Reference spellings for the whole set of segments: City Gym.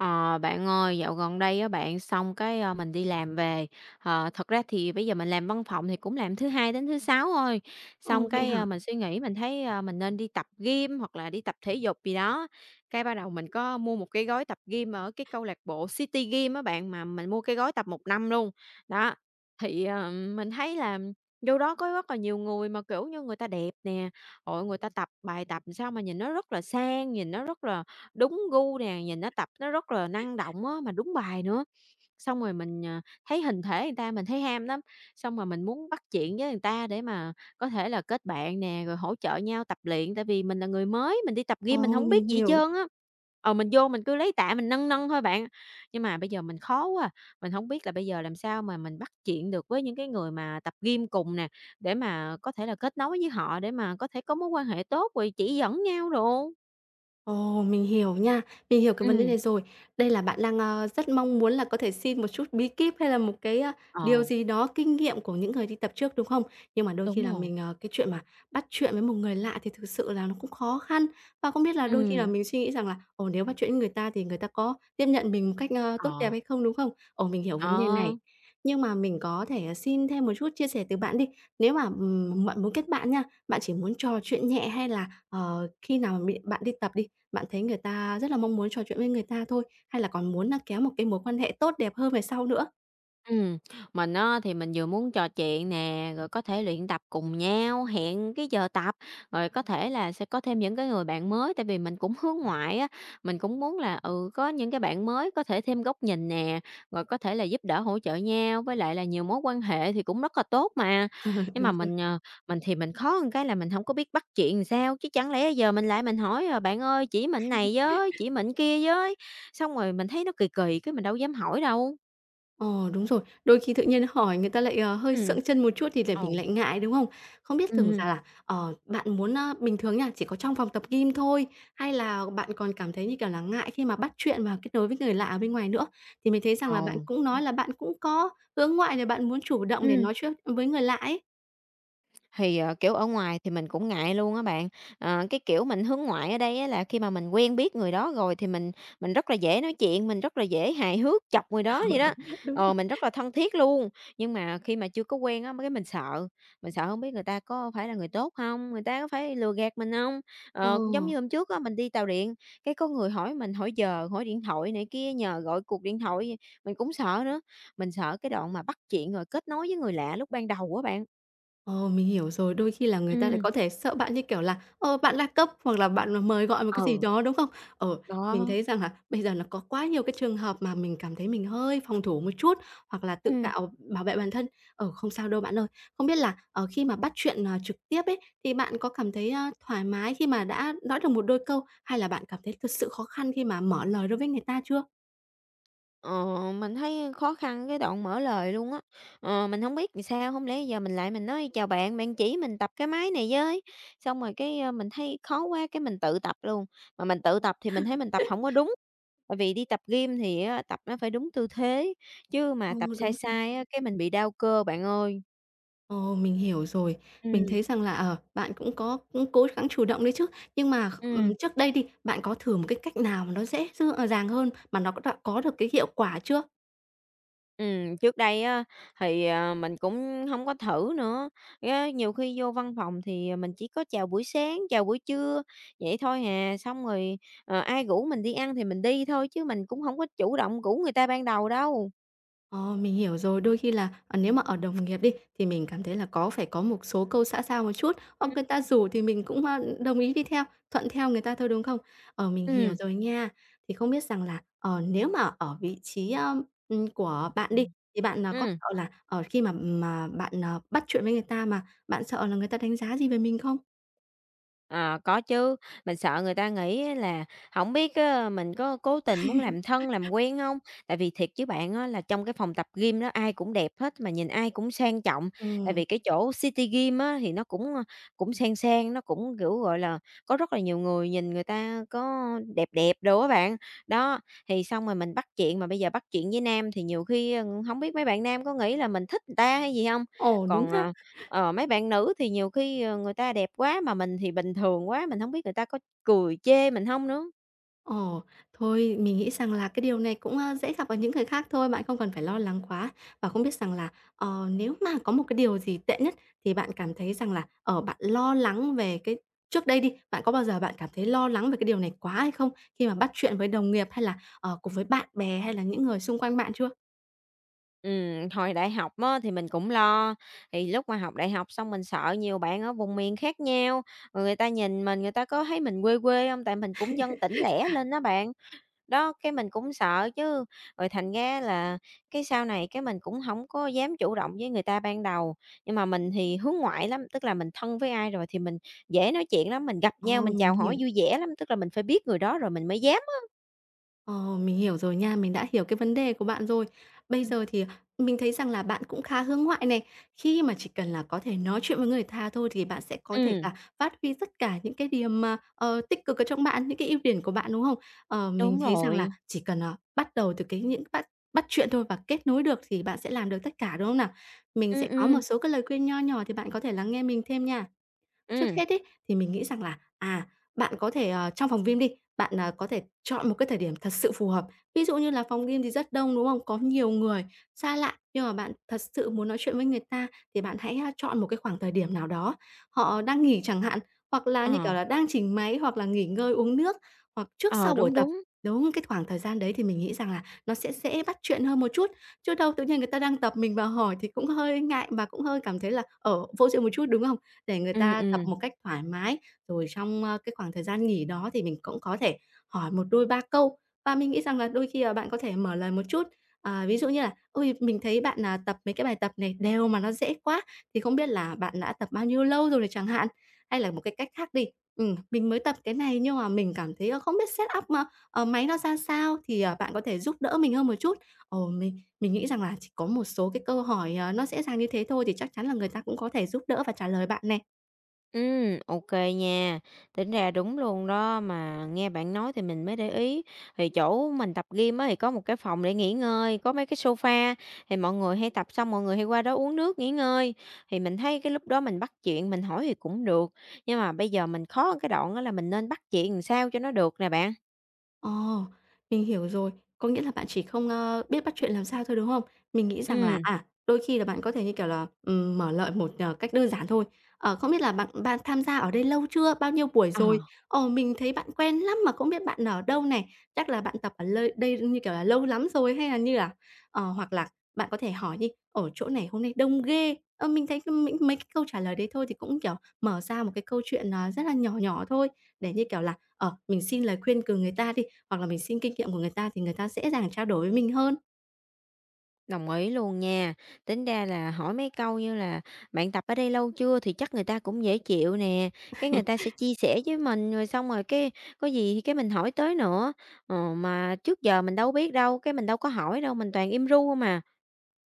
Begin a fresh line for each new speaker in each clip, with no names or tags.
Ờ, Bạn ơi, dạo gần đây á bạn, xong cái, mình đi làm về. Thật ra thì bây giờ mình làm văn phòng thì cũng làm thứ Hai đến thứ Sáu thôi,
Ồ,
xong
vậy
cái,
hả?
mình suy nghĩ mình thấy, mình nên đi tập gym hoặc là đi tập thể dục gì đó. Cái bắt đầu mình có mua một cái gói tập gym ở cái câu lạc bộ City Gym á bạn, mà mình mua cái gói tập một năm luôn. Đó, thì, mình thấy là vô đó có rất là nhiều người mà, kiểu như, người ta đẹp nè, rồi người ta tập bài tập sao mà nhìn nó rất là sang, nhìn nó rất là đúng gu nè, nhìn nó tập nó rất là năng động á, mà đúng bài nữa. Xong rồi mình, thấy hình thể người ta mình thấy ham lắm, xong rồi mình muốn bắt chuyện với người ta để mà có thể là kết bạn nè, rồi hỗ trợ nhau tập luyện, tại vì mình là người mới, mình đi tập gym mình
Ồ,
không biết
mình
gì hết
hiểu.
trơn á. Mình vô mình cứ lấy tạ mình nâng nâng thôi bạn. Nhưng mà bây giờ mình khó quá à, mình không biết là bây giờ làm sao mà mình bắt chuyện được với những cái người mà tập gym cùng nè, để mà có thể là kết nối với họ để mà có thể có mối quan hệ tốt rồi chỉ dẫn nhau đồ.
Ồ, mình hiểu nha, mình hiểu cái vấn đề
Ừm,
này rồi. Đây là bạn đang, rất mong muốn là có thể xin một chút bí kíp hay là một cái, điều
ờ.
gì đó kinh nghiệm của những người đi tập trước, đúng không? Nhưng mà đôi khi
Đúng
là
rồi,
mình, cái chuyện mà bắt chuyện với một người lạ thì thực sự là nó cũng khó khăn, và không biết là đôi khi là
ừ,
mình suy nghĩ rằng là, ồ, nếu bắt chuyện với người ta thì người ta có tiếp nhận mình một cách, tốt đẹp
ờ,
hay không, đúng không? Ồ, mình hiểu
ờ.
vấn đề này. Nhưng mà mình có thể, xin thêm một chút chia sẻ từ bạn đi. Nếu mà, bạn muốn kết bạn nha, bạn chỉ muốn trò chuyện nhẹ hay là, khi nào mà bị bạn đi tập đi, bạn thấy người ta rất là mong muốn trò chuyện với người ta thôi, hay là còn muốn là kéo một cái mối quan hệ tốt đẹp hơn về sau nữa?
Ừm, mình á thì mình vừa muốn trò chuyện nè, rồi có thể luyện tập cùng nhau, hẹn cái giờ tập, rồi có thể là sẽ có thêm những cái người bạn mới, tại vì mình cũng hướng ngoại á, mình cũng muốn là, ừ, có những cái bạn mới có thể thêm góc nhìn nè, rồi có thể là giúp đỡ hỗ trợ nhau, với lại là nhiều mối quan hệ thì cũng rất là tốt mà.
Ờ,
Nhưng
đúng
mà
rồi.
mình thì mình khó hơn cái là mình không có biết bắt chuyện làm sao, chứ chẳng lẽ giờ mình lại mình hỏi, "Bạn ơi chỉ mình này với, chỉ mình kia với", xong rồi mình thấy nó kỳ kỳ, cái mình đâu dám hỏi đâu.
Ờ, đúng rồi. Đôi khi tự nhiên hỏi người ta lại, hơi
Ừm.
sượng chân một chút thì lại mình
Ồ,
lại ngại, đúng không? Không biết thường rằng
ừm,
là, bạn muốn, a bình thường nha, chỉ có trong phòng tập gym thôi, hay là bạn còn cảm thấy, như kiểu là, ngại khi mà bắt chuyện và kết nối với người lạ ở bên ngoài nữa? Thì mình thấy rằng
ồ,
là bạn cũng nói là bạn cũng có hướng ngoại để bạn muốn chủ động để
ừm.
nói chuyện với người lạ ấy.
Thì, kiểu, ở ngoài thì mình cũng ngại luôn á bạn. Cái kiểu mình hướng ngoại ở đây á là khi mà mình quen biết người đó rồi thì mình rất là dễ nói chuyện, mình rất là dễ hài hước chọc người đó vậy đó,
Đúng rồi.
mình rất là thân thiết luôn. Nhưng mà khi mà chưa có quen á, cái mình sợ không biết người ta có phải là người tốt không. Người ta có phải lừa gạt mình không.
Ờ.
Giống như hôm trước á, mình đi tàu điện, cái có người hỏi mình hỏi giờ, hỏi điện thoại này kia, nhờ gọi cuộc điện thoại, mình cũng sợ nữa. Mình sợ cái đoạn mà bắt chuyện rồi kết nối với người lạ lúc ban đầu á bạn.
Ờ, mình hiểu rồi. Đôi khi là người ta lại
Ừm.
có thể sợ bạn, như kiểu là, bạn đa cấp hoặc là bạn, mà mời gọi một cái gì
Ừ,
đó, đúng không? Ờ, mình
đó.
thấy rằng là bây giờ nó có quá nhiều cái trường hợp mà mình cảm thấy mình hơi phòng thủ một chút hoặc là tự
Ừm.
cạo bảo vệ bản thân. Ờ, không sao đâu bạn ơi. Không biết là, khi mà bắt chuyện, trực tiếp ấy, thì bạn có cảm thấy, a, thoải mái khi mà đã nói được một đôi câu hay là bạn cảm thấy thực sự khó khăn khi mà mở lời đối với người ta chưa?
Ờ, mình thấy khó khăn cái đoạn mở lời luôn á. Mình không biết làm sao, không lẽ giờ mình lại mình nói: "Chào bạn, bạn chỉ mình tập cái máy này với." Xong rồi cái, mình thấy khó quá cái mình tự tập luôn, mà mình tự tập thì mình thấy mình tập không có đúng. Bởi vì đi tập gym thì á, tập nó phải đúng tư thế, chứ mà tập
Ừ,
sai
đúng rồi.
sai á, cái mình bị đau cơ bạn ơi.
Ồ, mình hiểu rồi. Mình
Ừm,
thấy rằng là, bạn cũng cố gắng chủ động đấy chứ. Nhưng mà,
ừm.
trước đây đi, bạn có thử một cái cách nào mà nó dễ dàng hơn, mà nó đã có được cái hiệu quả chưa?
Ừ, trước đây á, thì, mình cũng không có thử nữa, á, nhiều khi vô văn phòng thì mình chỉ có chào buổi sáng, chào buổi trưa vậy thôi à, xong rồi, ai rủ mình đi ăn thì mình đi thôi chứ mình cũng không có chủ động rủ người ta ban đầu đâu.
Ờ, mình hiểu rồi. Đôi khi là, nếu mà ở đồng nghiệp đi, thì mình cảm thấy là có phải có một số câu xã giao một chút, hoặc
Ừ.
người ta rủ thì mình cũng, a, đồng ý đi theo, thuận theo người ta thôi, đúng không? Ờ, mình hiểu
Ừm.
rồi nha. Thì không biết rằng là, nếu mà ở vị trí, của bạn đi,
Ừm.
thì bạn, có sợ là, khi mà bạn, bắt chuyện với người ta mà bạn sợ là người ta đánh giá gì về mình không?
Ờ, có chứ, mình sợ người ta nghĩ á là không biết á mình có cố tình muốn làm thân, làm quen không. Tại vì thiệt chứ bạn á là trong cái phòng tập gym đó ai cũng đẹp hết, mà nhìn ai cũng sang trọng, tại
Ừ.
vì cái chỗ City Gym á thì nó cũng, cũng sang sang, nó cũng, kiểu, gọi là, có rất là nhiều người nhìn người ta có đẹp đẹp đồ á bạn. Đó, thì xong rồi mình bắt chuyện, mà bây giờ bắt chuyện với nam thì nhiều khi, hổng biết mấy bạn nam có nghĩ là mình thích người ta hay gì không.
Ồ, đúng
Còn,
ha.
mấy bạn nữ thì nhiều khi, người ta đẹp quá mà mình thì bình thường quá, mình không biết người ta có cười chê mình không nữa.
Ồ, thôi mình nghĩ rằng là cái điều này cũng, a, dễ gặp ở những người khác thôi, bạn không cần phải lo lắng quá. Và không biết rằng là, nếu mà có một cái điều gì tệ nhất thì bạn cảm thấy rằng là, bạn lo lắng về cái trước đây đi, bạn có bao giờ bạn cảm thấy lo lắng về cái điều này quá hay không? Khi mà bắt chuyện với đồng nghiệp hay là, cùng với bạn bè hay là những người xung quanh bạn chưa?
Hồi đại học á thì mình cũng lo, thì lúc mà học đại học xong mình sợ nhiều bạn ở vùng miền khác nhau, rồi người ta nhìn mình, người ta có thấy mình quê quê không. Tại mình cũng dân tỉnh lẻ lên đó bạn. Đó, cái mình cũng sợ chứ, rồi thành ra là cái sau này cái mình cũng không có dám chủ động với người ta ban đầu. Nhưng mà mình thì hướng ngoại lắm, tức là mình thân với ai rồi thì mình dễ nói chuyện lắm, mình gặp nhau
Ồ,
mình
mình
chào hỏi
hiểu
vui vẻ lắm, tức là mình phải biết người đó rồi mình mới dám á.
Ờ, mình hiểu rồi nha, mình đã hiểu cái vấn đề của bạn rồi. Bây
Ừm.
giờ thì mình thấy rằng là bạn cũng khá hướng ngoại này, khi mà chỉ cần là có thể nói chuyện với người ta thôi thì bạn sẽ có thể
Ừm,
là phát huy tất cả những cái điểm mà, tích cực ở trong bạn, những cái ưu điểm của bạn, đúng không? Ờ, mình
đúng
thấy rằng là
rồi.
chỉ cần, bắt đầu từ cái những bắt bắt chuyện thôi và kết nối được thì bạn sẽ làm được tất cả, đúng không nào? Mình sẽ
Ừm,
có một
ừm,
số cái lời khuyên nho nhỏ thì bạn có thể lắng nghe mình thêm nha. Trước
ừm,
hết ấy, thì mình nghĩ rằng là, bạn có thể, trong phòng gym đi, bạn, có thể chọn một cái thời điểm thật sự phù hợp. Ví dụ như là phòng gym thì rất đông, đúng không? Có nhiều người xa lạ, nhưng mà bạn thật sự muốn nói chuyện với người ta thì bạn hãy, a, chọn một cái khoảng thời điểm nào đó họ đang nghỉ chẳng hạn, hoặc là,
ờ,
như kiểu là, đang chỉnh máy, hoặc là nghỉ ngơi uống nước, hoặc trước
ờ,
sau buổi
đúng,
tập.
đúng.
Đúng, cái khoảng thời gian đấy thì mình nghĩ rằng là nó sẽ dễ bắt chuyện hơn một chút, chứ đâu tự nhiên người ta đang tập mình vào hỏi thì cũng hơi ngại và cũng hơi cảm thấy là, vô duyên một chút, đúng không? Để người
Ừm,
ta tập
ừm.
một cách thoải mái. Rồi trong, cái khoảng thời gian nghỉ đó thì mình cũng có thể hỏi một đôi ba câu. Và mình nghĩ rằng là đôi khi là bạn có thể mở lời một chút, ví dụ như là "Ôi, mình thấy bạn, là tập mấy cái bài tập này đều mà nó dễ quá, thì không biết là bạn đã tập bao nhiêu lâu rồi?" này chẳng hạn. Hay là một cái cách khác đi, mình mới tập cái này nhưng mà mình cảm thấy, không biết set up, máy nó ra sao thì, bạn có thể giúp đỡ mình hơn một chút." Ồ, mình nghĩ rằng là chỉ có một số cái câu hỏi, nó dễ dàng như thế thôi thì chắc chắn là người ta cũng có thể giúp đỡ và trả lời bạn nè.
OK nha. Tính ra đúng luôn đó, mà nghe bạn nói thì mình mới để ý. Thì chỗ mình tập gym á, thì có một cái phòng để nghỉ ngơi, có mấy cái sofa, thì mọi người hay tập xong mọi người hay qua đó uống nước nghỉ ngơi. Thì mình thấy cái lúc đó mình bắt chuyện, mình hỏi thì cũng được, nhưng mà bây giờ mình khó ở cái đoạn đó là mình nên bắt chuyện làm sao cho nó được nè bạn.
Ồ, mình hiểu rồi. Có nghĩa là bạn chỉ không, biết bắt chuyện làm sao thôi, đúng không? Mình nghĩ rằng là,
Ừm.
đôi khi là bạn có thể, như kiểu là, mở lợi một, cách đơn giản thôi. Ờ, không biết là bạn bạn tham gia ở đây lâu chưa? Bao nhiêu buổi
Ờ.
rồi? Ồ, mình thấy bạn quen lắm mà không biết bạn ở đâu này? Chắc là bạn tập ở lơi đây, như kiểu là, lâu lắm rồi hay là như là ờ, hoặc là bạn có thể hỏi đi: ở chỗ này hôm nay đông ghê." Ờ, mình thấy cái mấy mấy cái câu trả lời đấy thôi thì cũng, kiểu, mở ra một cái câu chuyện, rất là nhỏ nhỏ thôi, để, như kiểu là, mình xin lời khuyên từ người ta đi. Hoặc là mình xin kinh nghiệm của người ta thì người ta dễ dàng trao đổi với mình hơn.
Đồng ý luôn nha. Tính ra là hỏi mấy câu như là "Bạn tập ở đây lâu chưa?" thì chắc người ta cũng dễ chịu nè, cái người ta sẽ chia sẻ với mình, rồi xong rồi cái có gì thì cái mình hỏi tới nữa. Ờ, mà trước giờ mình đâu biết đâu, cái mình đâu có hỏi đâu, mình toàn im ru không à.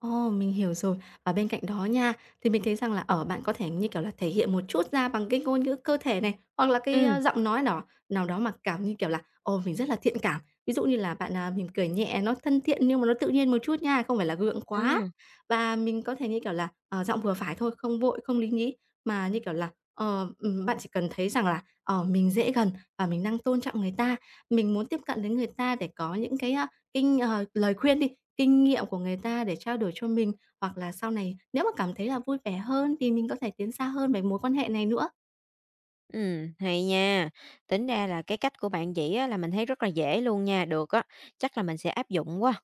Ồ, mình hiểu rồi. Và bên cạnh đó nha, thì mình thấy rằng là, bạn có thể, như kiểu là, thể hiện một chút ra bằng cái ngôn ngữ cơ thể này, hoặc là cái,
Ừm.
a, giọng nói đó nào đó mà cảm như kiểu là, ồ, mình rất là thiện cảm. Ví dụ như là bạn, mỉm cười nhẹ, nó thân thiện nhưng mà nó tự nhiên một chút nha, không phải là gượng quá.
Ừm,
Và mình có thể, như kiểu là, giọng vừa phải thôi, không vội, không lý nhí, mà, như kiểu là, bạn chỉ cần thấy rằng là, mình dễ gần và mình đang tôn trọng người ta, mình muốn tiếp cận đến người ta để có những cái, lời khuyên đi, kinh nghiệm của người ta để trao đổi cho mình, hoặc là sau này nếu mà cảm thấy là vui vẻ hơn thì mình có thể tiến xa hơn về mối quan hệ này nữa.
hay nha. Tính ra là cái cách của bạn chỉ á là mình thấy rất là dễ luôn nha, được á, chắc là mình sẽ áp dụng quá.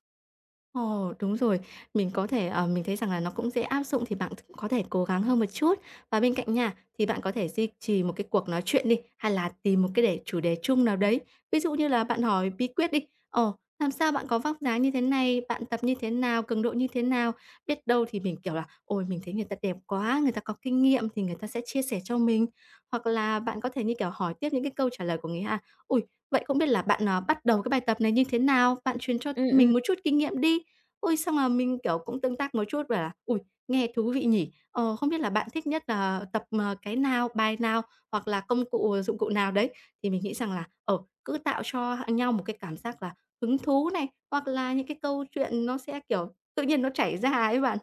Ồ, đúng rồi. Mình có thể, mình thấy rằng là nó cũng dễ áp dụng thì bạn có thể cố gắng hơn một chút. Và bên cạnh nha, thì bạn có thể duy trì một cái cuộc nói chuyện đi, hay là tìm một cái để chủ đề chung nào đấy. Ví dụ như là bạn hỏi bí quyết đi, "Làm sao bạn có vóc dáng như thế này? Bạn tập như thế nào? Cường độ như thế nào?" Biết đâu thì mình, kiểu là, "Ôi, mình thấy người ta đẹp quá, người ta có kinh nghiệm thì người ta sẽ chia sẻ cho mình." Hoặc là bạn có thể, như kiểu, hỏi tiếp những cái câu trả lời của người ha. Ui, vậy không biết là bạn, bắt đầu cái bài tập này như thế nào? Bạn truyền cho
Ừ,
mình
ừ.
một chút kinh nghiệm đi." Ôi, xong là mình, kiểu, cũng tương tác một chút và là "Ôi, nghe thú vị nhỉ! Ờ, không biết là bạn thích nhất là tập, cái nào, bài nào hoặc là công cụ dụng cụ nào đấy?" Thì mình nghĩ rằng là, cứ tạo cho nhau một cái cảm giác là hứng thú này, hoặc là những cái câu chuyện nó sẽ, kiểu, tự nhiên nó chảy ra ấy bạn.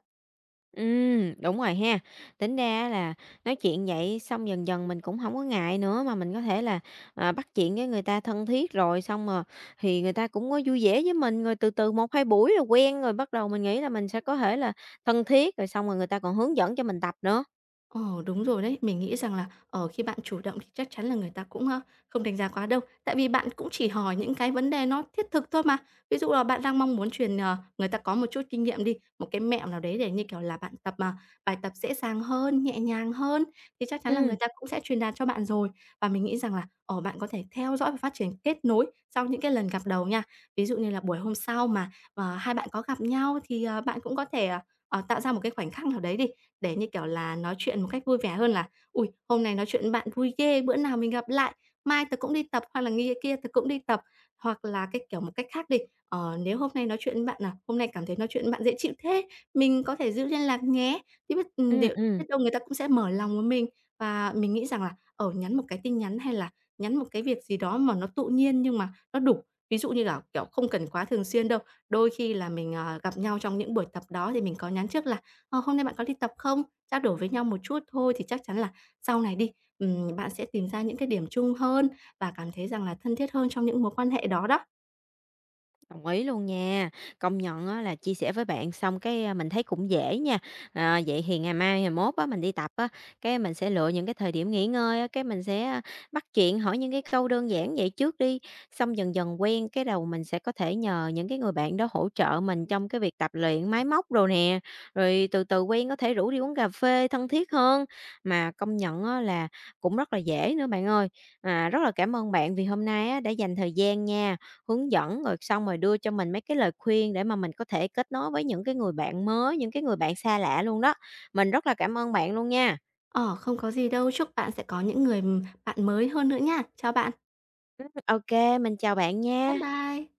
Đúng rồi ha. Tính ra là nói chuyện vậy xong dần dần mình cũng không có ngại nữa, mà mình có thể là, bắt chuyện với người ta thân thiết rồi xong mà thì người ta cũng có vui vẻ với mình, rồi từ từ một 2 buổi là quen rồi bắt đầu mình nghĩ là mình sẽ có thể là thân thiết, rồi xong rồi người ta còn hướng dẫn cho mình tập nữa.
Ồ, đúng rồi đấy. Mình nghĩ rằng là, khi bạn chủ động thì chắc chắn là người ta cũng, a, không đánh giá quá đâu. Tại vì bạn cũng chỉ hỏi những cái vấn đề nó thiết thực thôi mà. Ví dụ là bạn đang mong muốn truyền, người ta có một chút kinh nghiệm đi, một cái mẹo nào đấy để, như kiểu là, bạn tập, bài tập dễ dàng hơn, nhẹ nhàng hơn, thì chắc chắn là người
Ừm,
ta cũng sẽ truyền đạt cho bạn rồi. Và mình nghĩ rằng là, bạn có thể theo dõi và phát triển kết nối sau những cái lần gặp đầu nha. Ví dụ như là buổi hôm sau mà, hai bạn có gặp nhau thì, bạn cũng có thể, tạo ra một cái khoảnh khắc nào đấy đi, để, như kiểu là, nói chuyện một cách vui vẻ hơn là ui hôm nay nói chuyện với bạn vui ghê, bữa nào mình gặp lại, mai tớ cũng đi tập hoặc là nghi kia tớ cũng đi tập." Hoặc là cái kiểu một cách khác đi, "Nếu hôm nay nói chuyện với bạn, hôm nay cảm thấy nói chuyện với bạn dễ chịu thế, mình có thể giữ liên lạc nhé." Thì biết
ừm,
liệu biết
ừm.
đâu người ta cũng sẽ mở lòng với mình. Và mình nghĩ rằng là, nhắn một cái tin nhắn hay là nhắn một cái việc gì đó mà nó tự nhiên nhưng mà nó đủ. Ví dụ như là, kiểu, không cần quá thường xuyên đâu, đôi khi là mình, gặp nhau trong những buổi tập đó thì mình có nhắn trước là Ờ, hôm nay bạn có đi tập không? Trao đổi với nhau một chút thôi thì chắc chắn là sau này đi, bạn sẽ tìm ra những cái điểm chung hơn và cảm thấy rằng là thân thiết hơn trong những mối quan hệ đó đó.
Đồng ý luôn nha. Công nhận á là chia sẻ với bạn xong cái, mình thấy cũng dễ nha. À, vậy thì ngày mai, ngày mốt á, mình đi tập á, cái mình sẽ lựa những cái thời điểm nghỉ ngơi á, cái mình sẽ, bắt chuyện hỏi những cái câu đơn giản vậy trước đi, xong dần dần quen cái đầu mình sẽ có thể nhờ những cái người bạn đó hỗ trợ mình trong cái việc tập luyện máy móc đồ nè, rồi từ từ quen có thể rủ đi uống cà phê thân thiết hơn. Mà công nhận á là cũng rất là dễ nữa bạn ơi. À, rất là cảm ơn bạn vì hôm nay á đã dành thời gian nha. Hướng dẫn, rồi xong rồi đưa cho mình mấy cái lời khuyên để mà mình có thể kết nối với những cái người bạn mới, những cái người bạn xa lạ luôn đó. Mình rất là cảm ơn bạn luôn nha.
Ờ, không có gì đâu, chúc bạn sẽ có những người, bạn mới hơn nữa nha. Chào bạn.
OK, mình chào bạn
Bye
nha.
bye.